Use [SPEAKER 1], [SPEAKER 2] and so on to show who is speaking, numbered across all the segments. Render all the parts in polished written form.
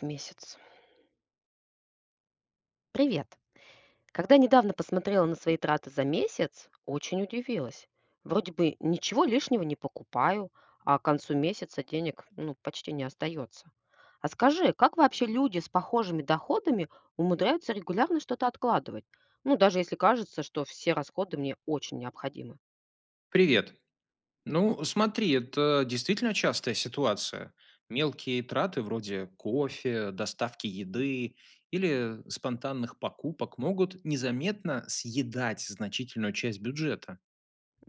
[SPEAKER 1] В месяц. Привет. Когда недавно посмотрела на свои траты за месяц, очень удивилась. Вроде бы ничего лишнего не покупаю, а к концу месяца денег почти не остается. А скажи, как вообще люди с похожими доходами умудряются регулярно что-то откладывать? Ну, даже если кажется, что все расходы мне очень необходимы.
[SPEAKER 2] Привет. Ну, смотри, это действительно частая ситуация. Мелкие траты вроде кофе, доставки еды или спонтанных покупок могут незаметно съедать значительную часть бюджета.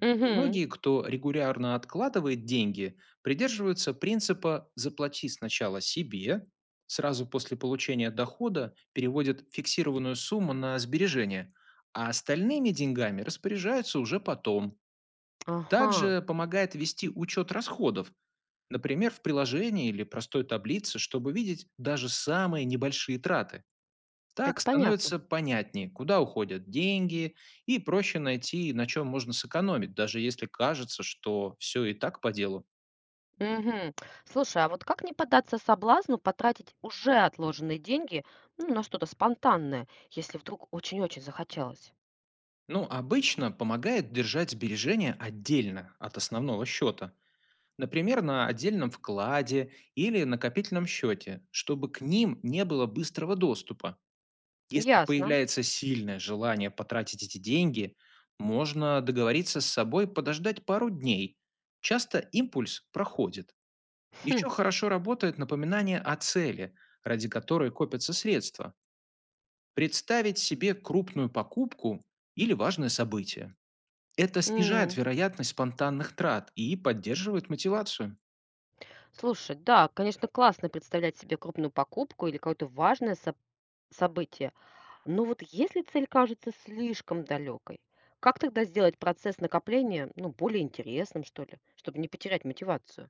[SPEAKER 1] Угу.
[SPEAKER 2] Многие, кто регулярно откладывает деньги, придерживаются принципа «заплати сначала себе», сразу после получения дохода переводят фиксированную сумму на сбережения, а остальными деньгами распоряжаются уже потом.
[SPEAKER 1] Ага,
[SPEAKER 2] Также помогает вести учет расходов, например, в приложении или простой таблице, чтобы видеть даже самые небольшие траты.
[SPEAKER 1] это
[SPEAKER 2] Так
[SPEAKER 1] понятно.
[SPEAKER 2] становится понятнее, куда уходят деньги, и проще найти, на чем можно сэкономить, даже если кажется, что все и так по делу.
[SPEAKER 1] Мгм. Слушай, а вот как не поддаться соблазну потратить уже отложенные деньги, ну, на что-то спонтанное, если вдруг очень-очень захотелось?
[SPEAKER 2] Ну, обычно помогает держать сбережения отдельно от основного счета, например, на отдельном вкладе или накопительном счете, чтобы к ним не было быстрого доступа. Если
[SPEAKER 1] Ясно.
[SPEAKER 2] появляется сильное желание потратить эти деньги, можно договориться с собой подождать пару дней. Часто импульс проходит.
[SPEAKER 1] Хм.
[SPEAKER 2] Еще хорошо работает напоминание о цели, ради которой копятся средства. Представить себе крупную покупку или важное событие. Это снижает
[SPEAKER 1] М.
[SPEAKER 2] вероятность спонтанных трат и поддерживает мотивацию.
[SPEAKER 1] Слушай, да, конечно, классно представлять себе крупную покупку или какое-то важное событие. Но вот если цель кажется слишком далекой, как тогда сделать процесс накопления, ну, более интересным, что ли, чтобы не потерять мотивацию?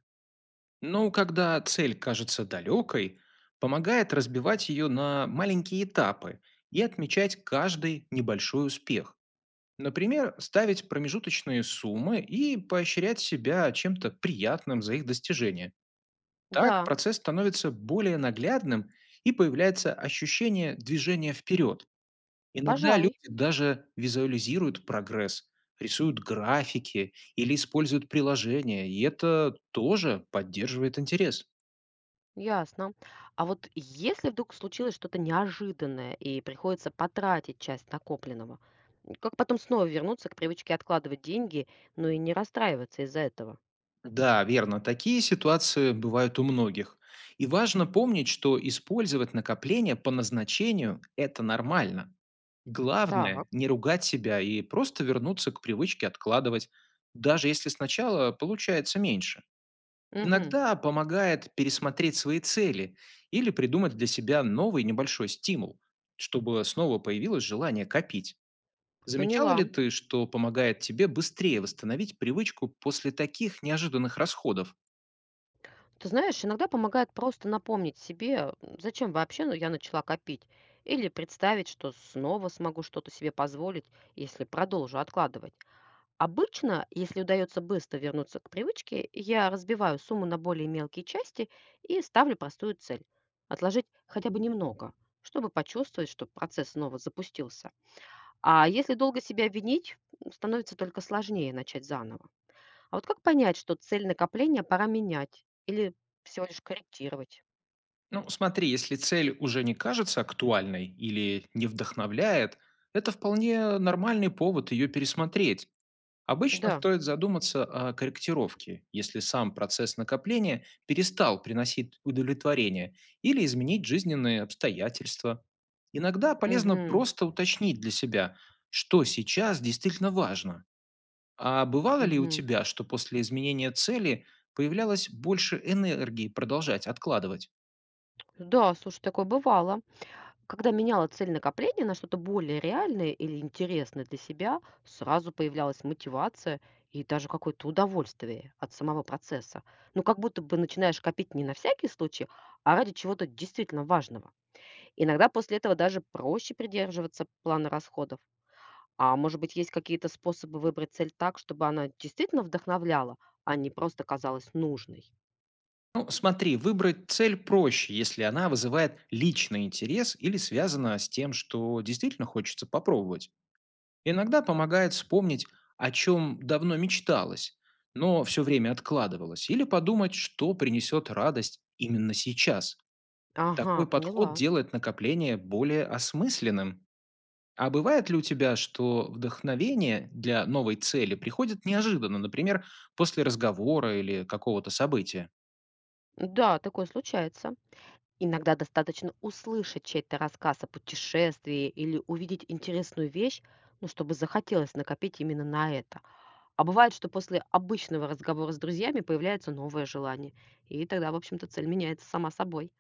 [SPEAKER 2] Но когда цель кажется далекой, помогает разбивать ее на маленькие этапы и отмечать каждый небольшой успех. Например, ставить промежуточные суммы и поощрять себя чем-то приятным за их достижение. Так
[SPEAKER 1] Да,
[SPEAKER 2] процесс становится более наглядным и появляется ощущение движения вперед. Иногда люди
[SPEAKER 1] пожалуй.
[SPEAKER 2] даже визуализируют прогресс, рисуют графики или используют приложения, и это тоже поддерживает интерес.
[SPEAKER 1] Ясно. А вот если вдруг случилось что-то неожиданное и приходится потратить часть накопленного, как потом снова вернуться к привычке откладывать деньги, но и не расстраиваться из-за этого?
[SPEAKER 2] Да, верно. Такие ситуации бывают у многих. И важно помнить, что использовать накопления по назначению – это нормально.
[SPEAKER 1] Так,
[SPEAKER 2] Главное – не ругать себя и просто вернуться к привычке откладывать, даже если сначала получается меньше.
[SPEAKER 1] мгм,
[SPEAKER 2] Иногда помогает пересмотреть свои цели или придумать для себя новый небольшой стимул, чтобы снова появилось желание копить. Замечала ли
[SPEAKER 1] поняла.
[SPEAKER 2] ты, что помогает тебе быстрее восстановить привычку после таких неожиданных расходов?
[SPEAKER 1] Ты знаешь, иногда помогает просто напомнить себе, зачем вообще я начала копить, или представить, что снова смогу что-то себе позволить, если продолжу откладывать. Обычно, если удается быстро вернуться к привычке, я разбиваю сумму на более мелкие части и ставлю простую цель– отложить хотя бы немного, чтобы почувствовать, что процесс снова запустился. А если долго себя винить, становится только сложнее начать заново. А вот как понять, что цель накопления пора менять или всего лишь корректировать?
[SPEAKER 2] Ну, смотри, если цель уже не кажется актуальной или не вдохновляет, это вполне нормальный повод ее пересмотреть. Обычно
[SPEAKER 1] Да,
[SPEAKER 2] стоит задуматься о корректировке, если сам процесс накопления перестал приносить удовлетворение или изменить жизненные обстоятельства. Иногда полезно
[SPEAKER 1] угу,
[SPEAKER 2] просто уточнить для себя, что сейчас действительно важно. А бывало ли у
[SPEAKER 1] угу.
[SPEAKER 2] тебя, что после изменения цели появлялось больше энергии продолжать откладывать?
[SPEAKER 1] Да, слушай, такое бывало. Когда меняла цель накопления на что-то более реальное или интересное для себя, сразу появлялась мотивация и даже какое-то удовольствие от самого процесса. Ну, как будто бы начинаешь копить не на всякий случай, а ради чего-то действительно важного. Иногда после этого даже проще придерживаться плана расходов. А может быть, есть какие-то способы выбрать цель так, чтобы она действительно вдохновляла, а не просто казалась нужной?
[SPEAKER 2] Ну, смотри, выбрать цель проще, если она вызывает личный интерес или связана с тем, что действительно хочется попробовать. Иногда помогает вспомнить, о чем давно мечталось, но все время откладывалось, или подумать, что принесет радость именно сейчас.
[SPEAKER 1] Ага,
[SPEAKER 2] Такой подход
[SPEAKER 1] поняла.
[SPEAKER 2] делает накопление более осмысленным. А бывает ли у тебя, что вдохновение для новой цели приходит неожиданно, например, после разговора или какого-то события?
[SPEAKER 1] Да, такое случается. Иногда достаточно услышать чей-то рассказ о путешествии или увидеть интересную вещь, ну, чтобы захотелось накопить именно на это. А бывает, что после обычного разговора с друзьями появляется новое желание. И тогда, в общем-то, цель меняется сама собой.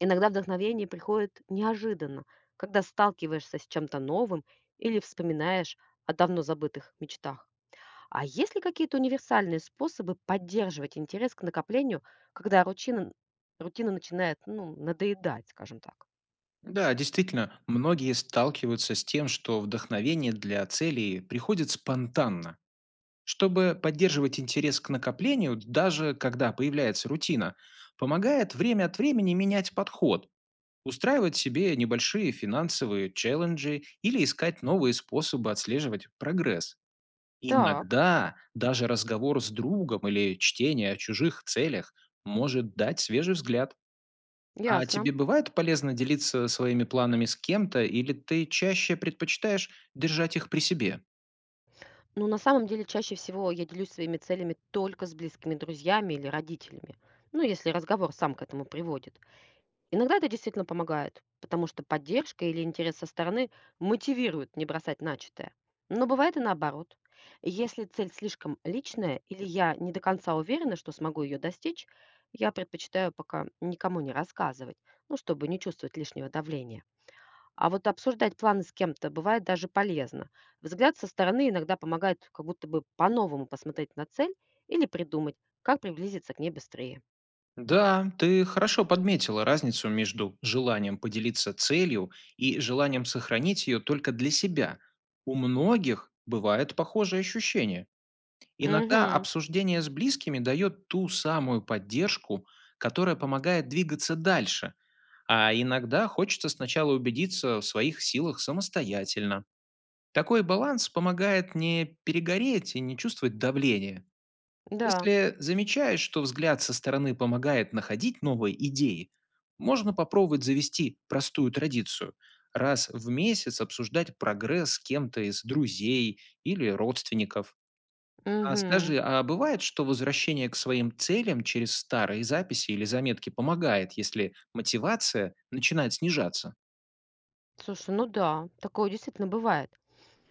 [SPEAKER 1] Иногда вдохновение приходит неожиданно, когда сталкиваешься с чем-то новым или вспоминаешь о давно забытых мечтах. А есть ли какие-то универсальные способы поддерживать интерес к накоплению, когда рутина начинает надоедать, скажем так?
[SPEAKER 2] Да, действительно, многие сталкиваются с тем, что вдохновение для целей приходит спонтанно. Чтобы поддерживать интерес к накоплению, даже когда появляется рутина, помогает время от времени менять подход, устраивать себе небольшие финансовые челленджи или искать новые способы отслеживать прогресс.
[SPEAKER 1] Так,
[SPEAKER 2] Иногда даже разговор с другом или чтение о чужих целях может дать свежий взгляд. А
[SPEAKER 1] ясно.
[SPEAKER 2] тебе бывает полезно делиться своими планами с кем-то, или ты чаще предпочитаешь держать их при себе?
[SPEAKER 1] Ну, на самом деле, чаще всего я делюсь своими целями только с близкими друзьями или родителями. Ну, если разговор сам к этому приводит. Иногда это действительно помогает, потому что поддержка или интерес со стороны мотивирует не бросать начатое. Но бывает и наоборот. Если цель слишком личная или я не до конца уверена, что смогу ее достичь, я предпочитаю пока никому не рассказывать, ну, чтобы не чувствовать лишнего давления. А вот обсуждать планы с кем-то бывает даже полезно. Взгляд со стороны иногда помогает как будто бы по-новому посмотреть на цель или придумать, как приблизиться к ней быстрее.
[SPEAKER 2] Да, ты хорошо подметила разницу между желанием поделиться целью и желанием сохранить ее только для себя. У многих бывает похожее ощущение. Иногда
[SPEAKER 1] Угу,
[SPEAKER 2] обсуждение с близкими дает ту самую поддержку, которая помогает двигаться дальше, а иногда хочется сначала убедиться в своих силах самостоятельно. Такой баланс помогает не перегореть и не чувствовать давления.
[SPEAKER 1] да,
[SPEAKER 2] Если замечаешь, что взгляд со стороны помогает находить новые идеи, можно попробовать завести простую традицию – раз в месяц обсуждать прогресс с кем-то из друзей или родственников. А
[SPEAKER 1] угу.
[SPEAKER 2] скажи, а бывает, что возвращение к своим целям через старые записи или заметки помогает, если мотивация начинает снижаться?
[SPEAKER 1] Слушай, ну да, такое действительно бывает.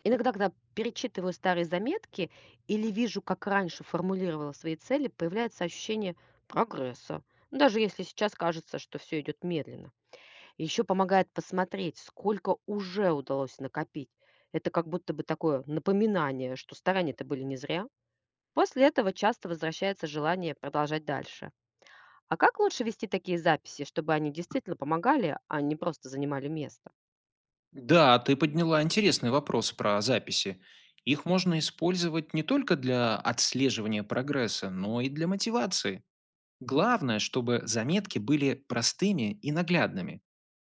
[SPEAKER 1] Иногда, когда перечитываю старые заметки или вижу, как раньше формулировала свои цели, появляется ощущение прогресса, даже если сейчас кажется, что все идет медленно. Еще помогает посмотреть, сколько уже удалось накопить. Это как будто бы такое напоминание, что старания-то были не зря. После этого часто возвращается желание продолжать дальше. А как лучше вести такие записи, чтобы они действительно помогали, а не просто занимали место?
[SPEAKER 2] Да, ты подняла интересный вопрос про записи. Их можно использовать не только для отслеживания прогресса, но и для мотивации. Главное, чтобы заметки были простыми и наглядными.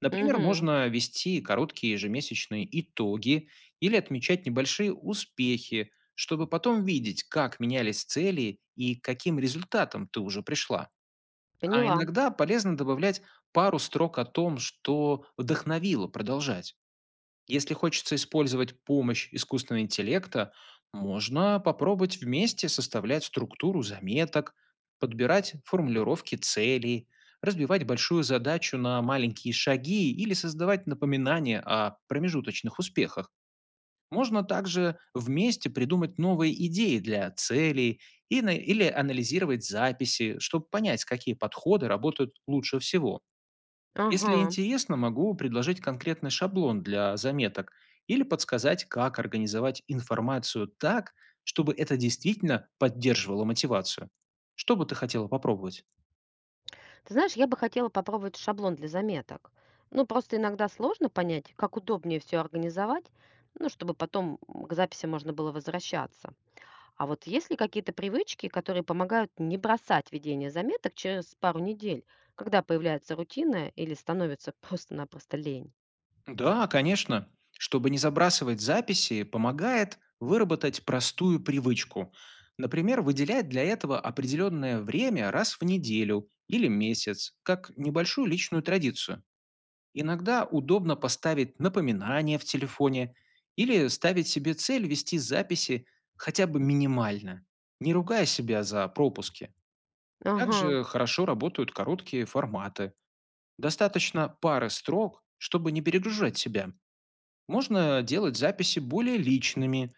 [SPEAKER 2] Например,
[SPEAKER 1] Угу,
[SPEAKER 2] можно вести короткие ежемесячные итоги или отмечать небольшие успехи, чтобы потом видеть, как менялись цели и к каким результатам ты уже пришла. А
[SPEAKER 1] поняла.
[SPEAKER 2] иногда полезно добавлять пару строк о том, что вдохновило продолжать. Если хочется использовать помощь искусственного интеллекта, можно попробовать вместе составлять структуру заметок, подбирать формулировки целей, разбивать большую задачу на маленькие шаги или создавать напоминания о промежуточных успехах. Можно также вместе придумать новые идеи для целей и или анализировать записи, чтобы понять, какие подходы работают лучше всего.
[SPEAKER 1] Ага.
[SPEAKER 2] Если интересно, могу предложить конкретный шаблон для заметок или подсказать, как организовать информацию так, чтобы это действительно поддерживало мотивацию. Что бы ты хотела попробовать?
[SPEAKER 1] Ты знаешь, я бы хотела попробовать шаблон для заметок. Ну, просто иногда сложно понять, как удобнее все организовать, ну, чтобы потом к записи можно было возвращаться. А вот есть ли какие-то привычки, которые помогают не бросать ведение заметок через пару недель, когда появляется рутина или становится просто-напросто лень?
[SPEAKER 2] Да, конечно. Чтобы не забрасывать записи, помогает выработать простую привычку. Например, выделять для этого определенное время раз в неделю или месяц, как небольшую личную традицию. Иногда удобно поставить напоминание в телефоне или ставить себе цель вести записи хотя бы минимально, не ругая себя за пропуски.
[SPEAKER 1] Ага,
[SPEAKER 2] Также хорошо работают короткие форматы. Достаточно пары строк, чтобы не перегружать себя. Можно делать записи более личными,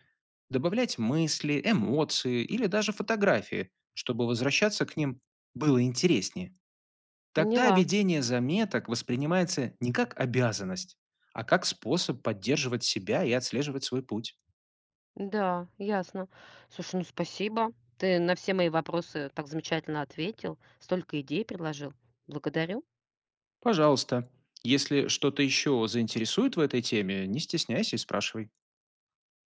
[SPEAKER 2] добавлять мысли, эмоции или даже фотографии, чтобы возвращаться к ним было интереснее. Тогда
[SPEAKER 1] поняла.
[SPEAKER 2] ведение заметок воспринимается не как обязанность, а как способ поддерживать себя и отслеживать свой путь.
[SPEAKER 1] Да, ясно. Слушай, ну спасибо. Ты на все мои вопросы так замечательно ответил, столько идей предложил. Благодарю.
[SPEAKER 2] Пожалуйста, если что-то еще заинтересует в этой теме, не стесняйся и спрашивай.